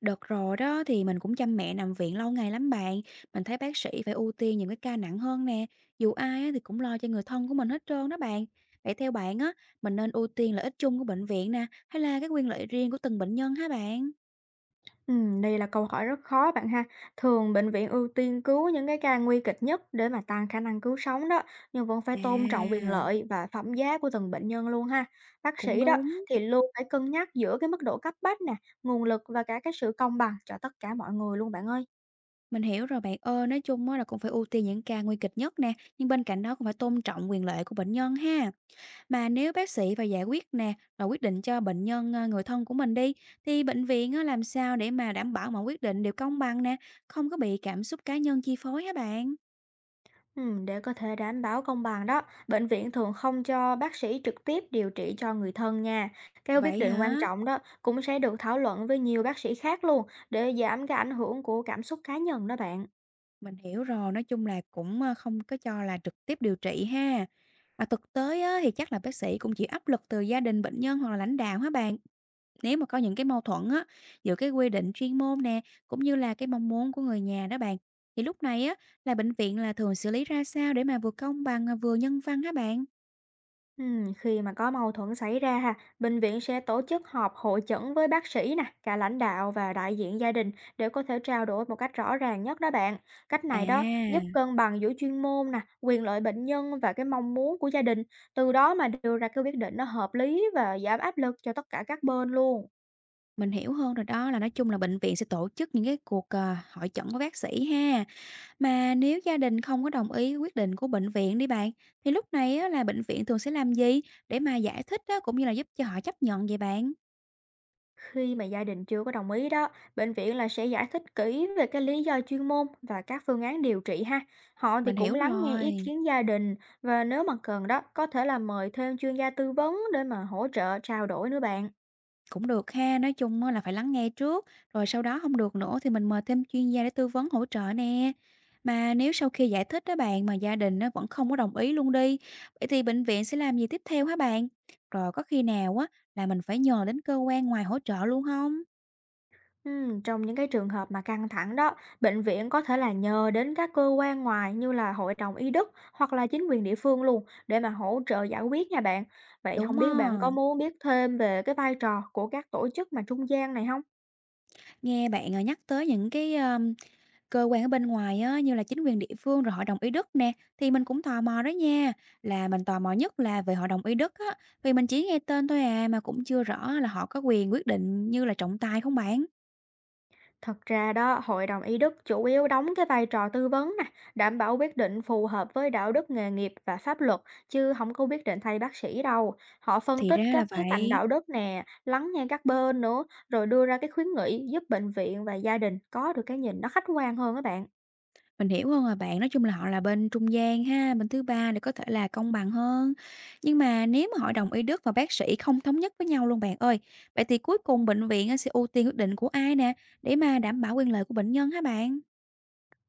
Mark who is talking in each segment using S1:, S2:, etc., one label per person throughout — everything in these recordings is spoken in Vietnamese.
S1: Đợt rồi đó thì mình cũng chăm mẹ nằm viện lâu ngày lắm bạn. Mình thấy bác sĩ phải ưu tiên những cái ca nặng hơn nè. Dù ai á thì cũng lo cho người thân của mình hết trơn đó bạn. Vậy theo bạn á, mình nên ưu tiên lợi ích chung của bệnh viện nè, hay là cái quyền lợi riêng của từng bệnh nhân hả bạn?
S2: Đây là câu hỏi rất khó bạn ha. Thường bệnh viện ưu tiên cứu những cái ca nguy kịch nhất để mà tăng khả năng cứu sống đó, nhưng vẫn phải
S1: À,
S2: tôn trọng quyền lợi và phẩm giá của từng bệnh nhân luôn ha. Bác
S1: cũng
S2: sĩ đó
S1: đúng.
S2: thì luôn phải cân nhắc giữa cái mức độ cấp bách nè, nguồn lực và cả cái sự công bằng cho tất cả mọi người luôn bạn ơi.
S1: Mình hiểu rồi bạn ơi, nói chung á là cũng phải ưu tiên những ca nguy kịch nhất nè, nhưng bên cạnh đó cũng phải tôn trọng quyền lợi của bệnh nhân ha. Mà nếu bác sĩ và giải quyết nè, rồi quyết định cho bệnh nhân, người thân của mình đi, thì bệnh viện á làm sao để mà đảm bảo mọi quyết định đều công bằng nè, không có bị cảm xúc cá nhân chi phối hả bạn?
S2: Để có thể đảm bảo công bằng đó, bệnh viện thường không cho bác sĩ trực tiếp điều trị cho người thân nha. Cái quyết
S1: Vậy
S2: định quan
S1: hả?
S2: trọng đó cũng sẽ được thảo luận với nhiều bác sĩ khác luôn để giảm cái ảnh hưởng của cảm xúc cá nhân đó bạn.
S1: Mình hiểu rồi, nói chung là cũng không có cho là trực tiếp điều trị ha. Mà thực tế á, thì chắc là bác sĩ cũng chịu áp lực từ gia đình bệnh nhân hoặc là lãnh đạo hả bạn? Nếu mà có những cái mâu thuẫn á, giữa cái quy định chuyên môn nè, cũng như là cái mong muốn của người nhà đó bạn, thì lúc này á, là bệnh viện là thường xử lý ra sao để mà vừa công bằng mà vừa nhân văn hả bạn?
S2: Khi mà có mâu thuẫn xảy ra ha, bệnh viện sẽ tổ chức họp hội chẩn với bác sĩ nè, cả lãnh đạo và đại diện gia đình để có thể trao đổi một cách rõ ràng nhất đó bạn. Cách này đó giúp
S1: À,
S2: cân bằng giữa chuyên môn nè, quyền lợi bệnh nhân và cái mong muốn của gia đình, từ đó mà đưa ra cái quyết định nó hợp lý và giảm áp lực cho tất cả các bên luôn.
S1: mình hiểu hơn rồi đó là nói chung là bệnh viện sẽ tổ chức những cái cuộc hội chẩn của bác sĩ ha. Mà nếu gia đình không có đồng ý quyết định của bệnh viện đi bạn, thì lúc này á, là bệnh viện thường sẽ làm gì để mà giải thích á, cũng như là giúp cho họ chấp nhận vậy bạn?
S2: Khi mà gia đình chưa có đồng ý đó, bệnh viện là sẽ giải thích kỹ về cái lý do chuyên môn và các phương án điều trị ha. Họ thì
S1: Mình
S2: cũng
S1: hiểu
S2: lắng nghe ý
S1: rồi.
S2: kiến gia đình và nếu mà cần đó, có thể là mời thêm chuyên gia tư vấn để mà hỗ trợ trao đổi nữa bạn.
S1: Cũng được ha, nói chung á là phải lắng nghe trước, rồi sau đó không được nữa thì mình mời thêm chuyên gia để tư vấn hỗ trợ nè. Mà nếu sau khi giải thích á bạn, mà gia đình nó vẫn không có đồng ý luôn đi, vậy thì bệnh viện sẽ làm gì tiếp theo hả bạn? Rồi có khi nào á là mình phải nhờ đến cơ quan ngoài hỗ trợ luôn không?
S2: Trong những cái trường hợp mà căng thẳng đó, bệnh viện có thể là nhờ đến các cơ quan ngoài như là hội đồng y đức hoặc là chính quyền địa phương luôn để mà hỗ trợ giải quyết nha bạn. Vậy không
S1: Đúng á,
S2: biết bạn có muốn biết thêm về cái vai trò của các tổ chức mà trung gian này không?
S1: nghe bạn, nhắc tới những cái cơ quan ở bên ngoài á, như là chính quyền địa phương rồi hội đồng y đức nè, thì mình cũng tò mò đó nha, là mình tò mò nhất là về hội đồng y đức á, vì mình chỉ nghe tên thôi à, mà cũng chưa rõ là họ có quyền quyết định như là trọng tài không bạn.
S2: Thật ra đó, hội đồng y đức chủ yếu đóng cái vai trò tư vấn nè, đảm bảo quyết định phù hợp với đạo đức nghề nghiệp và pháp luật, chứ không có quyết định thay bác sĩ đâu. Họ phân
S1: Thì
S2: tích
S1: ra là
S2: các khía cạnh
S1: vậy.
S2: đạo đức nè, lắng nghe các bên nữa, rồi đưa ra cái khuyến nghị giúp bệnh viện và gia đình có được cái nhìn nó khách quan hơn các bạn.
S1: Mình hiểu hơn rồi bạn, nói chung là họ là bên trung gian ha, bên thứ ba để có thể là công bằng hơn. Nhưng mà nếu mà hội đồng y đức và bác sĩ không thống nhất với nhau luôn bạn ơi, vậy thì cuối cùng bệnh viện á sẽ ưu tiên quyết định của ai nè, để mà đảm bảo quyền lợi của bệnh nhân hả bạn?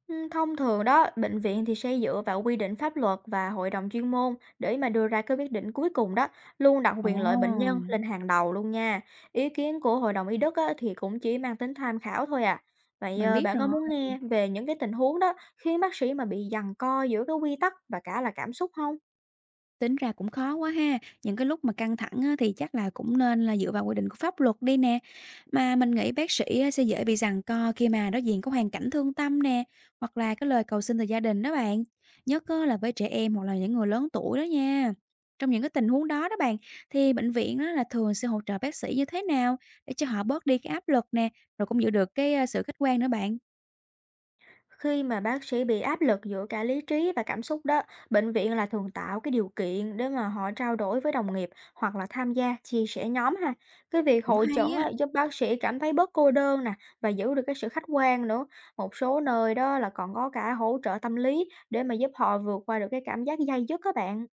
S2: Thông thường đó, bệnh viện thì sẽ dựa vào quy định pháp luật và hội đồng chuyên môn để mà đưa ra cái quyết định cuối cùng đó, luôn đặt
S1: Ồ,
S2: quyền lợi bệnh nhân lên hàng đầu luôn nha. Ý kiến của hội đồng y đức á, thì cũng chỉ mang tính tham khảo thôi à. Vậy
S1: mình biết
S2: bạn có
S1: rồi.
S2: muốn nghe về những cái tình huống đó khiến bác sĩ mà bị giằng co giữa cái quy tắc và cả là cảm xúc không?
S1: Tính ra cũng khó quá ha, những cái lúc mà căng thẳng á, thì chắc là cũng nên là dựa vào quy định của pháp luật đi nè. Mà mình nghĩ bác sĩ á, sẽ dễ bị giằng co khi mà đối diện có hoàn cảnh thương tâm nè, hoặc là cái lời cầu xin từ gia đình đó bạn. Nhất á, là với trẻ em hoặc là những người lớn tuổi đó nha. Trong những cái tình huống đó đó bạn, thì bệnh viện đó là thường sẽ hỗ trợ bác sĩ như thế nào để cho họ bớt đi cái áp lực nè, rồi cũng giữ được cái sự khách quan nữa bạn.
S2: Khi mà bác sĩ bị áp lực giữa cả lý trí và cảm xúc đó, bệnh viện là thường tạo cái điều kiện để mà họ trao đổi với đồng nghiệp hoặc là tham gia chia sẻ nhóm ha. Cái việc
S1: Cũng
S2: hội
S1: hay
S2: chẩn
S1: á.
S2: á, giúp bác sĩ cảm thấy bớt cô đơn nè và giữ được cái sự khách quan nữa. Một số nơi đó là còn có cả hỗ trợ tâm lý để mà giúp họ vượt qua được cái cảm giác day dứt các bạn.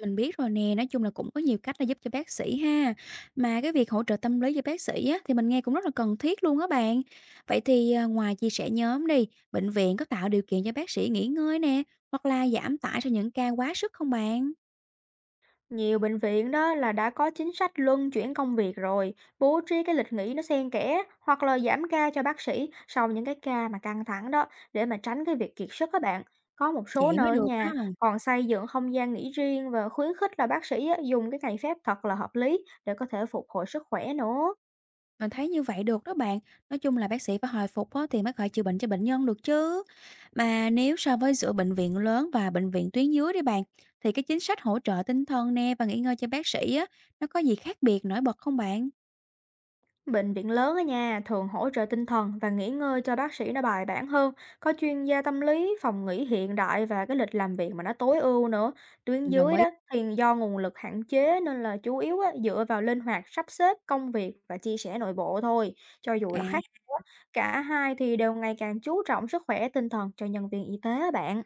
S1: Mình biết rồi nè, nói chung là cũng có nhiều cách để giúp cho bác sĩ ha. Mà cái việc hỗ trợ tâm lý cho bác sĩ á, thì mình nghe cũng rất là cần thiết luôn á bạn. Vậy thì ngoài chia sẻ nhóm đi, bệnh viện có tạo điều kiện cho bác sĩ nghỉ ngơi nè, hoặc là giảm tải cho những ca quá sức không bạn?
S2: Nhiều bệnh viện đó là đã có chính sách luân chuyển công việc rồi, bố trí cái lịch nghỉ nó xen kẽ hoặc là giảm ca cho bác sĩ sau những cái ca mà căng thẳng đó để mà tránh cái việc kiệt sức các bạn. Có một số
S1: Vậy mới
S2: nơi ở
S1: được
S2: nhà
S1: đó.
S2: còn xây dựng không gian nghỉ riêng và khuyến khích là bác sĩ á, dùng cái ngày phép thật là hợp lý để có thể phục hồi sức khỏe nữa.
S1: Mình thấy như vậy được đó bạn. Nói chung là bác sĩ phải hồi phục á, thì mới khỏi chữa bệnh cho bệnh nhân được chứ. Mà nếu so với giữa bệnh viện lớn và bệnh viện tuyến dưới đi bạn, thì cái chính sách hỗ trợ tinh thần nè và nghỉ ngơi cho bác sĩ á, nó có gì khác biệt nổi bật không bạn?
S2: Bệnh viện lớn ở nhà thường hỗ trợ tinh thần và nghỉ ngơi cho bác sĩ nó bài bản hơn, có chuyên gia tâm lý, phòng nghỉ hiện đại và cái lịch làm việc mà nó tối ưu nữa. Tuyến
S1: Mình đồng
S2: dưới
S1: ý.
S2: đó thì do nguồn lực hạn chế nên là chủ yếu á, dựa vào linh hoạt sắp xếp công việc và chia sẻ nội bộ thôi. Cho dù
S1: À,
S2: là khác nhau á, cả hai thì đều ngày càng chú trọng sức khỏe tinh thần cho nhân viên y tế á bạn.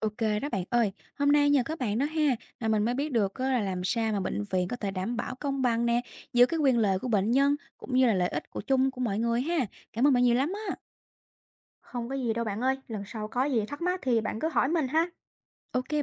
S1: ô, đó bạn ơi. Hôm nay nhờ các bạn đó ha, mà mình mới biết được á là làm sao mà bệnh viện có thể đảm bảo công bằng nè, giữa cái quyền lợi của bệnh nhân cũng như là lợi ích của chung của mọi người ha. Cảm ơn bạn nhiều lắm á.
S2: Không có gì đâu bạn ơi, lần sau có gì thắc mắc thì bạn cứ hỏi mình ha.
S1: Ok kê.